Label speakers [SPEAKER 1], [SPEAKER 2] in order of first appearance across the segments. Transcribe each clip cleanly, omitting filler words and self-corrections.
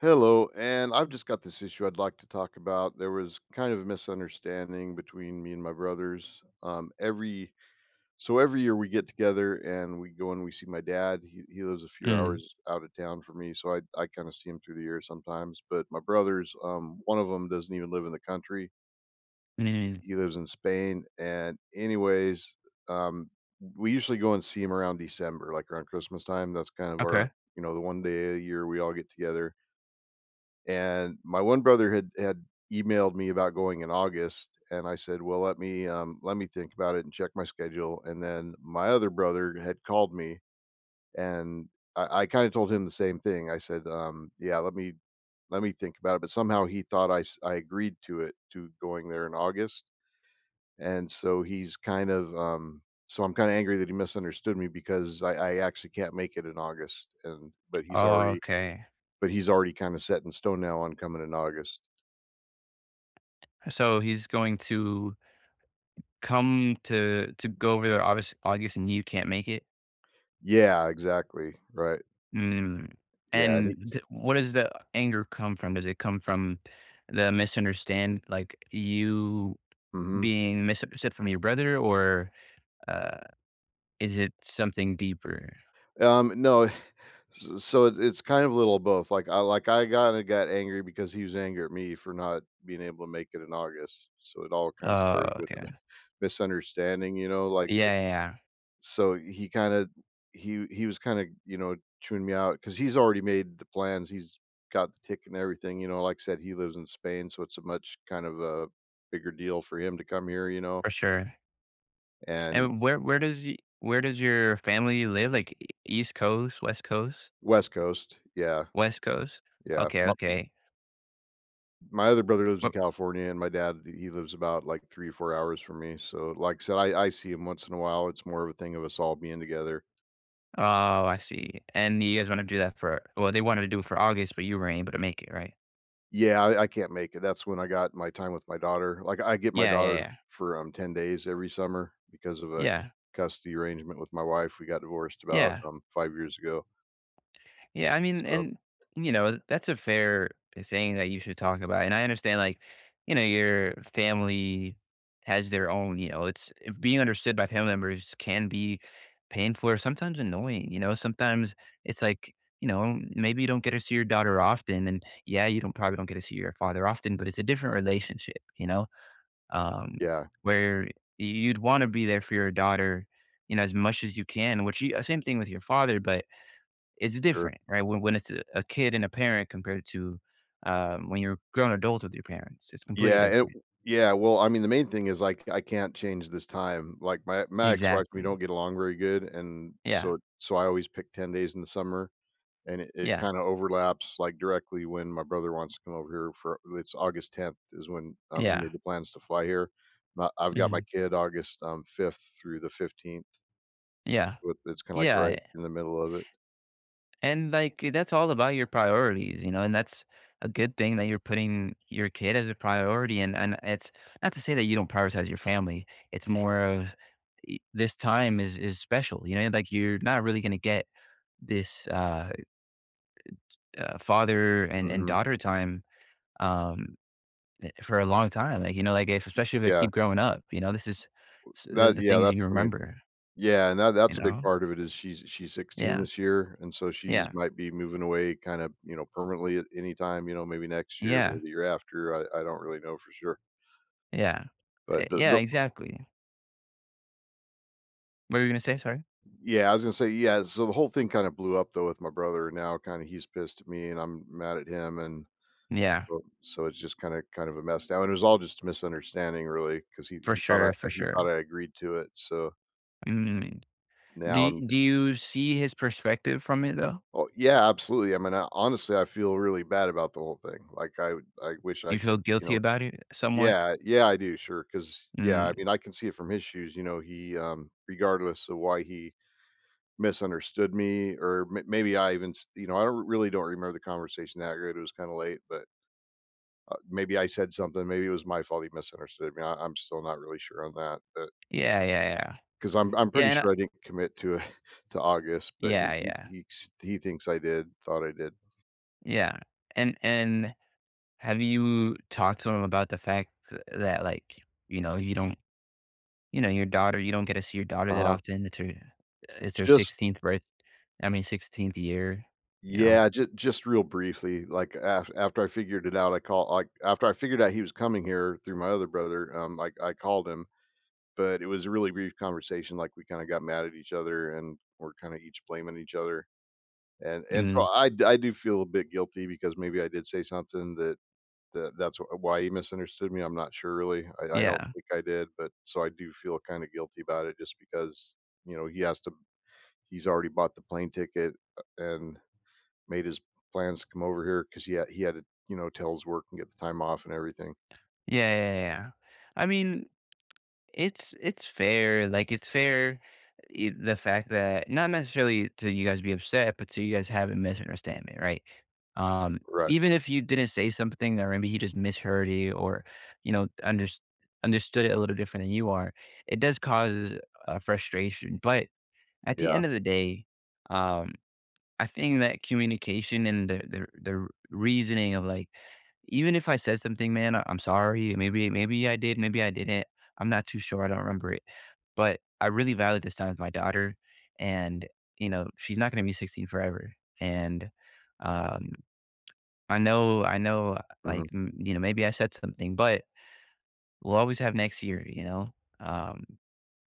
[SPEAKER 1] Hello, and I've just got this issue I'd like to talk about. There was kind of a misunderstanding between me and my brothers. Every so every year we get together and we go and we see my dad. He lives a few
[SPEAKER 2] Mm,
[SPEAKER 1] hours out of town from me, so I kind of see him through the year sometimes. But my brothers, one of them doesn't even live in the country.
[SPEAKER 2] mm,
[SPEAKER 1] He lives in Spain. And anyways, um, we usually go and see him around December, like around Christmas time. That's kind of our
[SPEAKER 2] okay.
[SPEAKER 1] you know the one day a year we all get together. And my one brother had emailed me about going in August, and I said, "Well, let me think about it and check my schedule." And then my other brother had called me, and I kind of told him the same thing. I said, "Yeah, let me think about it." But somehow he thought I agreed to it, to going there in August. And so he's kind of um, so I'm kind of angry that he misunderstood me because I actually can't make it in August, and
[SPEAKER 2] Okay.
[SPEAKER 1] but he's already kind of set in stone now on coming in August.
[SPEAKER 2] So he's going to come to go over there, obvious August, and you can't make it?
[SPEAKER 1] Yeah, exactly, right,
[SPEAKER 2] Mm.
[SPEAKER 1] yeah, and
[SPEAKER 2] And
[SPEAKER 1] he's
[SPEAKER 2] th what does the anger come from? Does it come from the misunderstand like, you
[SPEAKER 1] mhm,
[SPEAKER 2] being misunderstood from your brother, or, uh, is it something deeper?
[SPEAKER 1] no. s So it's kind of a little of both, like, I got angry because he was angry at me for not being able to make it in August, so it all kinda
[SPEAKER 2] Oh,
[SPEAKER 1] started with
[SPEAKER 2] okay.
[SPEAKER 1] the misunderstanding.
[SPEAKER 2] Yeah, yeah, yeah,
[SPEAKER 1] so he kinda he he was kinda, you know, chewing me out because he's already made the plans, he's got the ticket and everything. You know, like I said, he lives in Spain, so it's a much kind of a bigger deal for him to come here, you know.
[SPEAKER 2] for sure.
[SPEAKER 1] And
[SPEAKER 2] And where does y where does your family live? Like, E East Coast, West Coast?
[SPEAKER 1] West Coast, yeah.
[SPEAKER 2] West Coast?
[SPEAKER 1] Yeah,
[SPEAKER 2] Okay, okay.
[SPEAKER 1] my other brother lives in
[SPEAKER 2] Wh
[SPEAKER 1] California, and my dad, he lives about, like, 3 or 4 hours from me, so, like I said, I see him once in a while. It's more of a thing of us all being together.
[SPEAKER 2] Oh, I see. And you guys wanna do that for well, they wanted to do it for August, but you were able to make it, right?
[SPEAKER 1] Yeah, I can't make it. That's when I got my time with my daughter. Like, I get my
[SPEAKER 2] Yeah, yeah,
[SPEAKER 1] daughter
[SPEAKER 2] yeah.
[SPEAKER 1] for, 10 days every summer because of a
[SPEAKER 2] Yeah,
[SPEAKER 1] custody arrangement with my wife. We got divorced about,
[SPEAKER 2] yeah.
[SPEAKER 1] 5 years ago,
[SPEAKER 2] Yeah, I mean,
[SPEAKER 1] so,
[SPEAKER 2] and you know, that's a fair thing that you should talk about. And I understand, like, you know, your family has their own, you know, it's being understood by family members can be painful or sometimes annoying. You know, sometimes it's like, you know, maybe you don't get to see your daughter often. And yeah, you don't probably don't get to see your father often, but it's a different relationship, you know, um,
[SPEAKER 1] yeah,
[SPEAKER 2] where you'd want to be there for your daughter, you know, as much as you can, which you, same thing with your father, but it's
[SPEAKER 1] sure.
[SPEAKER 2] different, right? When it's a kid and a parent compared to when you're a grown adult with your parents, it's completely different.
[SPEAKER 1] Yeah, well, I mean, the main thing is, like, I can't change this time. Like, my ex-wife, we
[SPEAKER 2] Exactly.
[SPEAKER 1] don't get along very good, and
[SPEAKER 2] Yeah.
[SPEAKER 1] so so I always pick 10 days in the summer, and it
[SPEAKER 2] Yeah.
[SPEAKER 1] kinda overlaps, like, directly when my brother wants to come over here. For it's August 10th is when, he
[SPEAKER 2] Yeah.
[SPEAKER 1] made the plans to fly here. My I've got my
[SPEAKER 2] Mhm.
[SPEAKER 1] kid August, 5th through the 15th.
[SPEAKER 2] Yeah.
[SPEAKER 1] With it's kinda, like,
[SPEAKER 2] Yeah.
[SPEAKER 1] right in the middle of it.
[SPEAKER 2] And like that's all about your priorities, you know, and that's a good thing that you're putting your kid as a priority. And it's not to say that you don't prioritize your family. It's more of this time is special, you know, like you're not really gonna get this father and
[SPEAKER 1] Mhm.
[SPEAKER 2] daughter time um for a long time, like, you know, like, if especially if they
[SPEAKER 1] Yeah.
[SPEAKER 2] keep growing up, you know, this is s
[SPEAKER 1] That
[SPEAKER 2] the
[SPEAKER 1] yeah,
[SPEAKER 2] things you
[SPEAKER 1] that's the main
[SPEAKER 2] remember,
[SPEAKER 1] Yeah, and
[SPEAKER 2] you
[SPEAKER 1] that's a big
[SPEAKER 2] know?
[SPEAKER 1] part of it is she's 16
[SPEAKER 2] Yeah,
[SPEAKER 1] this year, and so she's
[SPEAKER 2] yeah,
[SPEAKER 1] might be moving away kind of, you know, permanently at any time. You know, maybe next year,
[SPEAKER 2] yeah,
[SPEAKER 1] maybe the year after. I don't really know for sure.
[SPEAKER 2] yeah,
[SPEAKER 1] But
[SPEAKER 2] yeah,
[SPEAKER 1] the
[SPEAKER 2] exactly. What were you gonna say? Sorry?
[SPEAKER 1] Yeah, I was gonna say, yeah, so the whole thing kind of blew up though with my brother. Now kind of he's pissed at me and I'm mad at him, and
[SPEAKER 2] Yeah,
[SPEAKER 1] so so it's just kind of a mess now. And it was all just a misunderstanding really, because
[SPEAKER 2] for sure, for
[SPEAKER 1] he thought
[SPEAKER 2] sure.
[SPEAKER 1] I agreed to it. So
[SPEAKER 2] Mm, do
[SPEAKER 1] now I'm
[SPEAKER 2] do you see his perspective from it, though?
[SPEAKER 1] Oh, yeah, absolutely. I mean, I honestly, I feel really bad about the whole thing. Like, I wish I
[SPEAKER 2] You feel
[SPEAKER 1] could, you
[SPEAKER 2] guilty
[SPEAKER 1] know.
[SPEAKER 2] about it somewhat?
[SPEAKER 1] Yeah, yeah, I do, sure, because yeah, I
[SPEAKER 2] Mm,
[SPEAKER 1] mean, I can see it from his shoes. You know, he, regardless of why he misunderstood me, maybe you know, I don't really don't remember the conversation that good. It was kind of late, but maybe I said something. Maybe it was my fault. He misunderstood me. I'm still not really sure on that, but
[SPEAKER 2] yeah, yeah, yeah.
[SPEAKER 1] because I'm
[SPEAKER 2] Yeah,
[SPEAKER 1] pretty
[SPEAKER 2] and I
[SPEAKER 1] sure I didn't commit to it to August, but
[SPEAKER 2] yeah, yeah,
[SPEAKER 1] he thinks I did. Thought I did.
[SPEAKER 2] yeah, and have you talked to him about the fact th that, like, you know, you don't you know, your daughter, you don't get to see your daughter
[SPEAKER 1] Uh
[SPEAKER 2] that
[SPEAKER 1] huh.
[SPEAKER 2] often. It's her
[SPEAKER 1] just
[SPEAKER 2] 16th birth. I mean, 16th year, you know?
[SPEAKER 1] Yeah, just real briefly, like after I figured it out, I called, like, after I figured out he was coming here through my other brother. I called him, but it was a really brief conversation. Like we kind of got mad at each other and we're kind of each blaming each other, and and
[SPEAKER 2] Mm,
[SPEAKER 1] so I d- I do feel a bit guilty because maybe I did say something that's why he misunderstood me. I'm not sure really. I don't
[SPEAKER 2] yeah.
[SPEAKER 1] think I did, but so I do feel kind of guilty about it just because you know he has to he's already bought the plane ticket, and made his plans to come over here because he had to, you know, tell his work and get the time off and everything.
[SPEAKER 2] Yeah, yeah, yeah. Yeah. I mean, it's fair, like, it's fair, the fact that not necessarily to you guys be upset, but to you guys have a misunderstanding, right? Um,
[SPEAKER 1] Right.
[SPEAKER 2] Even if you didn't say something or maybe he just misheard you or, you know, understood it a little different than you are, it does cause, frustration, but at the
[SPEAKER 1] Yeah.
[SPEAKER 2] end of the day, um I think that communication and the reasoning of, like, even if I said something, man, I'm sorry. Maybe maybe I did, maybe I didn't. I'm not too sure. I don't remember it. But I really value this time with my daughter, and you know she's not going to be 16 forever. And um, I know like
[SPEAKER 1] Mhm.
[SPEAKER 2] you know maybe I said something, but we'll always have next year. You know, um,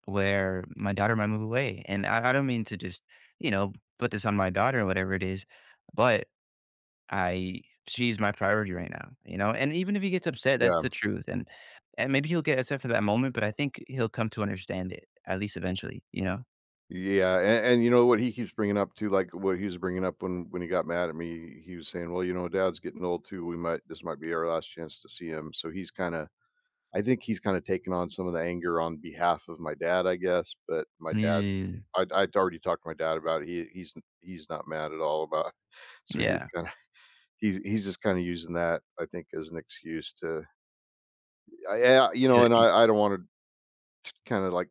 [SPEAKER 2] where my daughter might move away, and I don't mean to just you know put this on my daughter or whatever it is, but I she's my priority right now, you know? And even if he gets upset, that's
[SPEAKER 1] Yeah.
[SPEAKER 2] the truth, and maybe he'll get upset for that moment, but I think he'll come to understand it, at least eventually, you know?
[SPEAKER 1] Yeah, and you know, what he keeps bringing up too, like, what he was bringing up when he got mad at me, he was saying, "Well, you know, dad's getting old too, we might this might be our last chance to see him." So he's kinda I think he's kinda taking on some of the anger on behalf of my dad, I guess, but my dad
[SPEAKER 2] Mm.
[SPEAKER 1] I I'd already talked to my dad about it. He's not mad at all about so he's
[SPEAKER 2] Yeah.
[SPEAKER 1] kinda he's just kinda using that, I think, as an excuse to I yeah, you
[SPEAKER 2] To
[SPEAKER 1] know, and
[SPEAKER 2] e
[SPEAKER 1] I don't wanna kinda, like,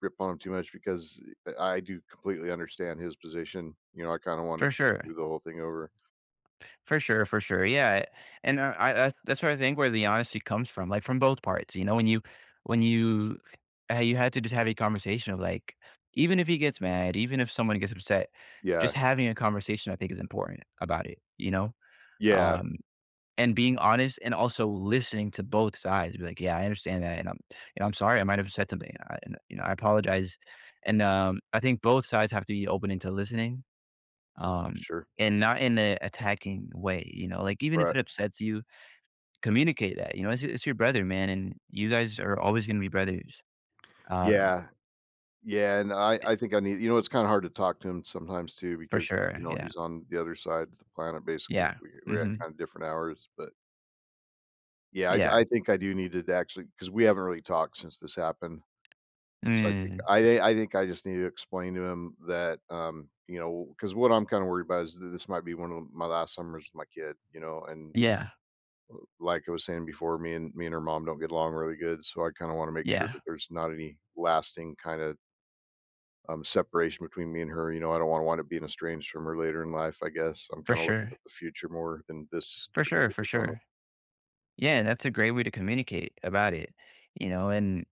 [SPEAKER 1] rip on him too much because I do completely understand his position. You know, I kinda
[SPEAKER 2] For
[SPEAKER 1] wanted to just
[SPEAKER 2] sure.
[SPEAKER 1] do the whole thing over.
[SPEAKER 2] For sure, for sure, yeah, and I that's where I think where the honesty comes from, like, from both parts, you know? When you you had to just have a conversation of, like, even if he gets mad, even if someone gets upset, just
[SPEAKER 1] Yeah.
[SPEAKER 2] having a conversation I think is important about it, you know?
[SPEAKER 1] Yeah.
[SPEAKER 2] Um and being honest and also listening to both sides. Be like, yeah, I understand that, and I'm, you know, I'm sorry, I might have said something, I, and, you know, I apologize. And I think both sides have to be open into listening, um,
[SPEAKER 1] Sure.
[SPEAKER 2] and not in a attacking way. You know, like even if
[SPEAKER 1] Right.
[SPEAKER 2] it upsets you, communicate that. You know, it's your brother, man, and you guys are always going to be brothers, um,
[SPEAKER 1] Yeah. Yeah, and
[SPEAKER 2] eh,
[SPEAKER 1] I think I need you know, it's kinda hard to talk to him sometimes too
[SPEAKER 2] for
[SPEAKER 1] because,
[SPEAKER 2] sure.
[SPEAKER 1] you know,
[SPEAKER 2] Yeah,
[SPEAKER 1] he's on the other side of the planet basically.
[SPEAKER 2] yeah,
[SPEAKER 1] We got
[SPEAKER 2] hmm
[SPEAKER 1] kinda different hours, but yeah, I th-
[SPEAKER 2] yeah,
[SPEAKER 1] I think I do need to actually, because we haven't really talked since this happened. So
[SPEAKER 2] mm,
[SPEAKER 1] I think I just need to explain to him that, you know, because what I'm kinda worried about is th this might be one of my last summers with my kid, you know. And
[SPEAKER 2] yeah,
[SPEAKER 1] like I was saying before, me and her mom don't get along really good, so I kinda wanna make sure
[SPEAKER 2] yeah,
[SPEAKER 1] that there's not any lasting kinda, separation between me and her. You know, I don't wanna wind up being estranged from her later in life, I guess. I'm
[SPEAKER 2] for
[SPEAKER 1] kinda looking
[SPEAKER 2] sure,
[SPEAKER 1] at the future more than this
[SPEAKER 2] for sure, for
[SPEAKER 1] particular summer.
[SPEAKER 2] sure. Yeah, and that's a great way to communicate about it, you know, and,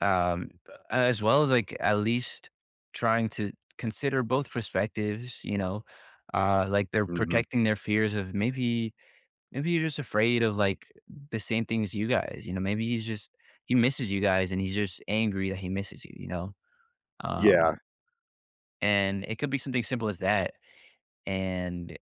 [SPEAKER 2] um, as well as, like, at least trying to consider both perspectives, you know, like, they're
[SPEAKER 1] Mhm.
[SPEAKER 2] protecting their fears of maybe maybe you're just afraid of, like, the same thing as you guys, you know, maybe he's just, he misses you guys and he's just angry that he misses you, you know,
[SPEAKER 1] Yeah.
[SPEAKER 2] um, and it could be something simple as that, and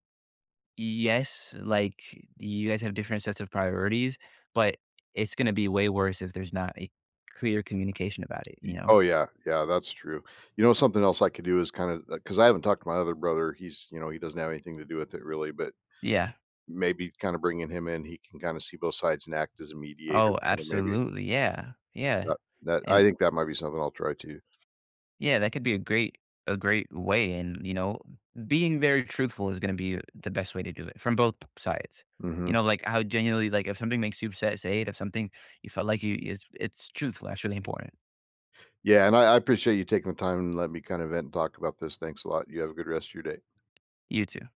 [SPEAKER 2] yes, like, you guys have different sets of priorities, but it's gonna be way worse if there's not a clear communication about it, you
[SPEAKER 1] Y
[SPEAKER 2] know?
[SPEAKER 1] Oh, yeah, yeah, that's true. You know, something else I could do is kinda, because I haven't talked to my other brother, he's you know, he doesn't have anything to do with it really, but
[SPEAKER 2] Yeah.
[SPEAKER 1] maybe kinda bringing him in, he can kinda see both sides and act as a mediator,
[SPEAKER 2] Oh,
[SPEAKER 1] kinda maybe.
[SPEAKER 2] absolutely, yeah, yeah,
[SPEAKER 1] That that I
[SPEAKER 2] and
[SPEAKER 1] think that might be something I'll try too.
[SPEAKER 2] yeah, that could be a great way, and, you know, being very truthful is gonna be the best way to do it from both p sides. You
[SPEAKER 1] Mhm.
[SPEAKER 2] know, like, how genuinely like, if something makes you upset, say it. If something you felt like you is it's truthful, that's really important.
[SPEAKER 1] Yeah, and I appreciate you taking the time and letting me kinda vent and talk about this. Thanks a lot. You have a good rest of your day.
[SPEAKER 2] You too.